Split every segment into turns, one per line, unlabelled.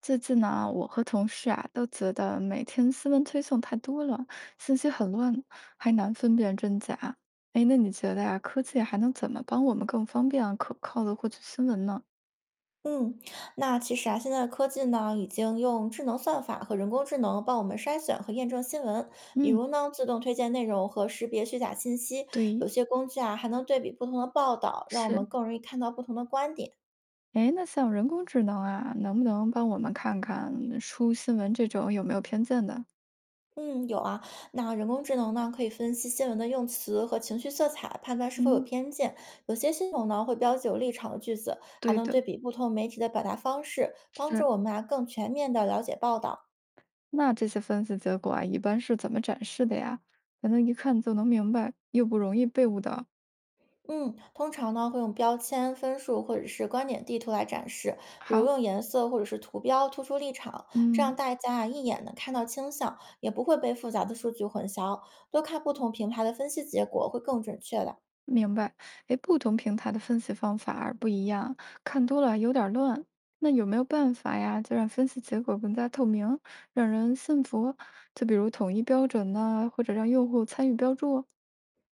最近呢，我和同事啊都觉得每天新闻推送太多了，信息很乱，还难分辨真假。哎，那你觉得呀，科技还能怎么帮我们更方便、可靠的获取新闻呢？
嗯，那其实啊，现在的科技呢，已经用智能算法和人工智能帮我们筛选和验证新闻，比
嗯，
如呢，自动推荐内容和识别虚假信息。有
对，
些工具啊，还能对比不同的报道，让我们
是。
更容易看到不同的观点。
哎，那像人工智能啊，能不能帮我们看看出新闻这种有没有偏见的？
嗯，有啊，那人工智能呢，可以分析新闻的用词和情绪色彩，判断是否有
嗯，
偏见。有些系统呢，会标记有立场的句子，还
对
能
的，
对比不同媒体的表达方式，帮助
是。
我们啊更全面的了解报道。
那这些分析结果啊，一般是怎么展示的呀？才能一看就能明白，又不容易被误导？
嗯，通常呢会用标签、分数或者是观点地图来展示，比如
好，
用颜色或者是图标突出立场，这样
嗯。
大家啊一眼能看到倾向，也不会被复杂的数据混淆。多看不同平台的分析结果会更准确的。
明白，哎，不同平台的分析方法儿不一样，看多了有点儿乱。那有没有办法呀，就让分析结果更加透明，让人信服？就比如统一标准呢，或者让用户参与标注。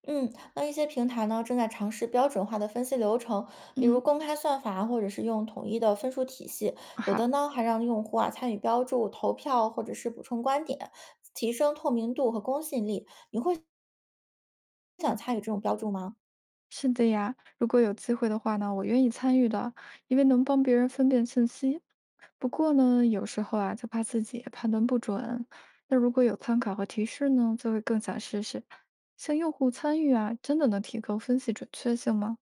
嗯，那一些平台呢正在尝试标准化的分析流程，比如
嗯，
公开算法，或者是用统一的分数体系。有
好，
的呢还让用户啊参与标注、投票或者是补充观点，提升透明度和公信力。你想参与这种标注吗？
是的呀。如果有机会的话呢，我愿意参与的，因为能帮别人分辨信息。不过呢，有时候啊，就怕自己判断不准。那如果有参考和提示呢，就会更想试试。像用户参与啊，真的能提高分析准确性吗？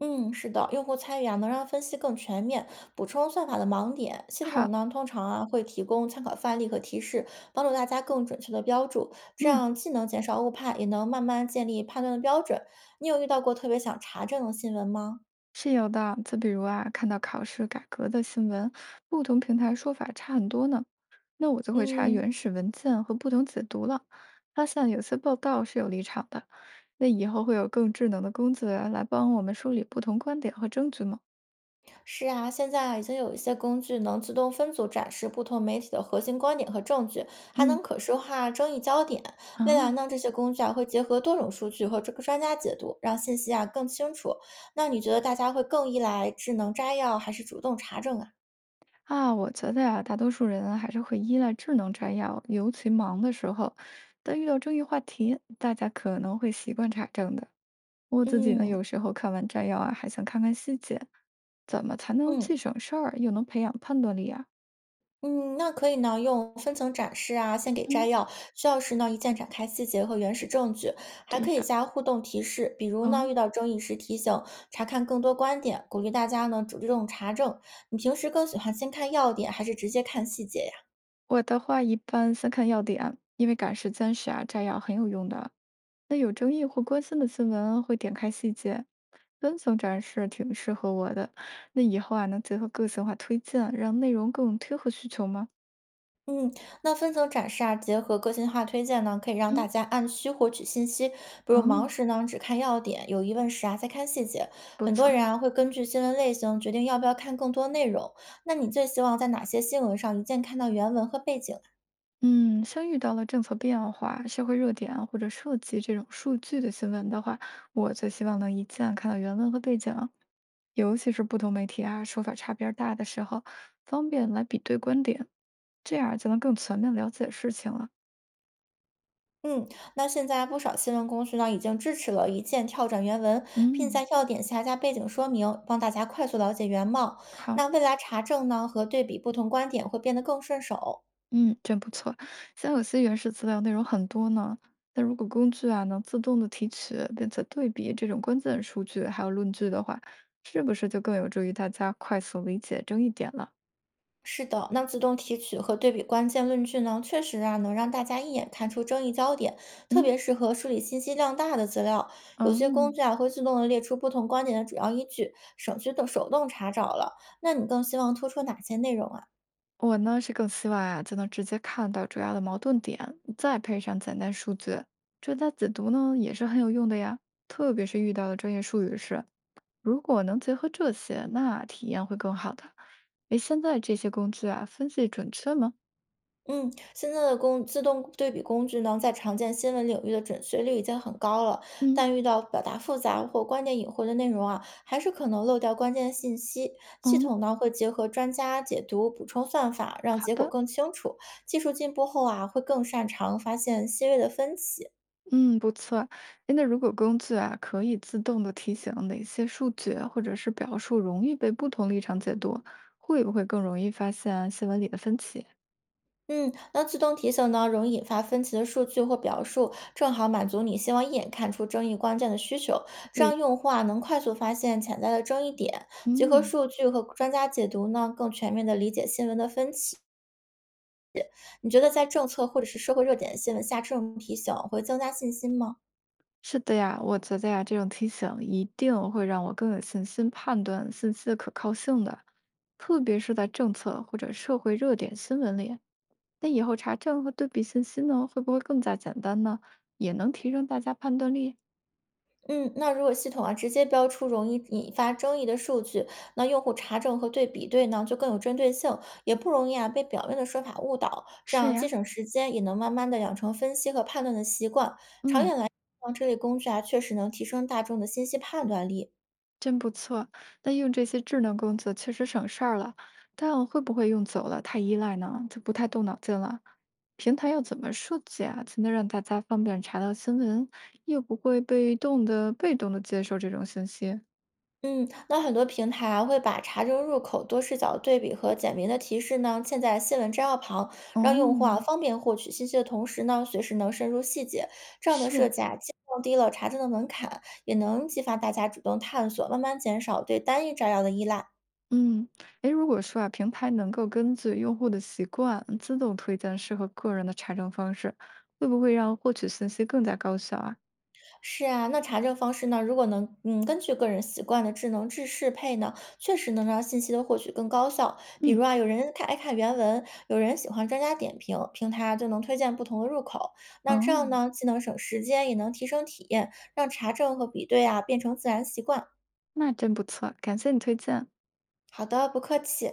嗯，是的，用户参与啊，能让分析更全面，补充算法的盲点。系统
好，
呢，通常啊会提供参考范例和提示，帮助大家更准确的标注，这
嗯，
样既能减少误判，也能慢慢建立判断的标准。你有遇到过特别想查证的新闻吗？
是有的。就比如啊，看到考试改革的新闻，不同平台说法差很多呢，那我就会查
嗯。
原始文件和不同解读了，发现有些报道是有立场的。那以后会有更智能的工具员来帮我们梳理不同观点和证据吗？
是啊，现在啊已经有一些工具能自动分组展示不同媒体的核心观点和证据，还
嗯。
能可视化争议焦点。
啊
未来呢，这些工具啊会结合多种数据和这个专家解读，让信息啊更清楚。那你觉得大家会更依赖智能摘要，还是主动查证啊？
啊，我觉得呀，大多数人啊还是会依赖智能摘要，尤其忙的时候。但遇到争议话题，大家可能会习惯查证的。我自己呢，有
嗯
时候看完摘要啊，还想看看细节，怎么才能既
嗯。
省事儿又能培养判断力啊？
嗯，那可以呢，用分层展示啊，先给摘
嗯，
要，需要时呢一键展开细节和原始证据，还
对
可以
的，
加互动提示，比如呢
嗯，
遇到争议时提醒，查看更多观点，鼓励大家呢主动查证。你平时更喜欢先看要点，还是直接看细节呀？
我的话一般先看要点，因为赶时间时啊，摘要很有用的。那有争议或关心的新闻会点开细节，分层展示挺适合我的。那以后啊，能结合个性化推荐，让内容更贴合需求吗？
嗯，那分层展示啊，结合个性化推荐呢，可以让大
嗯，
家按需获取信息。比如
嗯，
忙时呢，只看要点；有疑问时啊，再看细节。
不
很多
错。
人啊，会根据新闻类型决定要不要看更多内容。那你最希望在哪些新闻上一键看到原文和背景啊？
嗯，像遇到了政策变化、社会热点啊或者涉及这种数据的新闻的话，我最希望能一键看到原文和背景啊，尤其是不同媒体啊说法差别儿大的时候，方便来比对观点，这样就能更全面了解事情了。
嗯，那现在不少新闻公司呢，已经支持了一键跳转原文，并
嗯，
在要点下加背景说明，帮大家快速了解原貌。
好，
那未来查证呢和对比不同观点会变得更顺手。
嗯，真不错。像有些原始资料内容很多呢，但如果工具啊能自动的提取并且对比这种关键数据还有论据的话，是不是就更有助于大家快速理解争议点了？
是的，那自动提取和对比关键论据呢，确实啊能让大家一眼看出争议焦点，特
嗯，
别适合梳理信息量大的资料。有些工
嗯，
具啊会自动的列出不同观点的主要依据，省去的手动查找了。那你更希望突出哪些内容啊？
我呢是更希望啊，就能直接看到主要的矛盾点，再配上简单数据，专家解读呢也是很有用的呀。特别是遇到的专业术语是，如果能结合这些，那体验会更好的。诶，现在这些工具啊，分析准确吗？
嗯，现在的工自动对比工具呢，在常见新闻领域的准确率已经很高了，
嗯，
但遇到表达复杂或观点隐晦的内容啊，还是可能漏掉关键信息。系
嗯，
统呢会结合专家解读、补充算法，让
好
结果
的，
更清楚。技术进步后啊，会更擅长发现细微的分歧。
嗯，不错。诶，那如果工具啊可以自动的提醒哪些数据或者是表述容易被不同立场解读，会不会更容易发现新闻里的分歧？
嗯，那自动提醒呢，容易引发分歧的数据或表述，正好满足你希望一眼看出争议关键的需求，这
对。
样用户啊能快速发现潜在的争议点，结合
嗯，
数据和专家解读呢，更全面的理解新闻的分歧。你觉得在政策或者是社会热点新闻下，这种提醒会增加信心吗？
是的呀，我觉得呀，这种提醒一定会让我更有信心判断信息的可靠性的，特别是在政策或者社会热点新闻里。那以后查证和对比信息呢，会不会更加简单呢？也能提升大家判断力。
嗯，那如果系统啊直接标出容易引发争议的数据，那用户查证和对比对呢就更有针对性，也不容易啊被表面的说法误导，这
是
样既
呀，
省时间，也能慢慢的养成分析和判断的习惯。长
嗯。
远来看，这类工具啊确实能提升大众的信息判断力。
真不错。那用这些智能工具确实省事儿了，但会不会用久了太依赖呢？就不太动脑筋了。平台要怎么设计啊，才能让大家方便查到新闻，又不会被动的接受这种信息？
嗯，那很多平台啊会把查证入口、多视角对比和简明的提示呢，嵌在新闻摘要旁，让用户啊
哦，
方便获取信息的同时呢，随时能深入细节。这样的
是，
设计啊，既降低了查证的门槛，也能激发大家主动探索，慢慢减少对单一摘要的依赖。
嗯，诶，如果说啊，平台能够根据用户的习惯自动推荐适合个人的查证方式，会不会让获取信息更加高效啊？
是啊，那查证方式呢，如果能根据个人习惯的智能制适配呢，确实能让信息的获取更高效。比如
嗯，
啊，有人看爱看原文，有人喜欢专家点评，平台啊就能推荐不同的入口。那这
哦，
样呢，既能省时间，也能提升体验，让查证和比对啊变成自然习惯。
那真不错，感谢你推荐。
好的，不客气。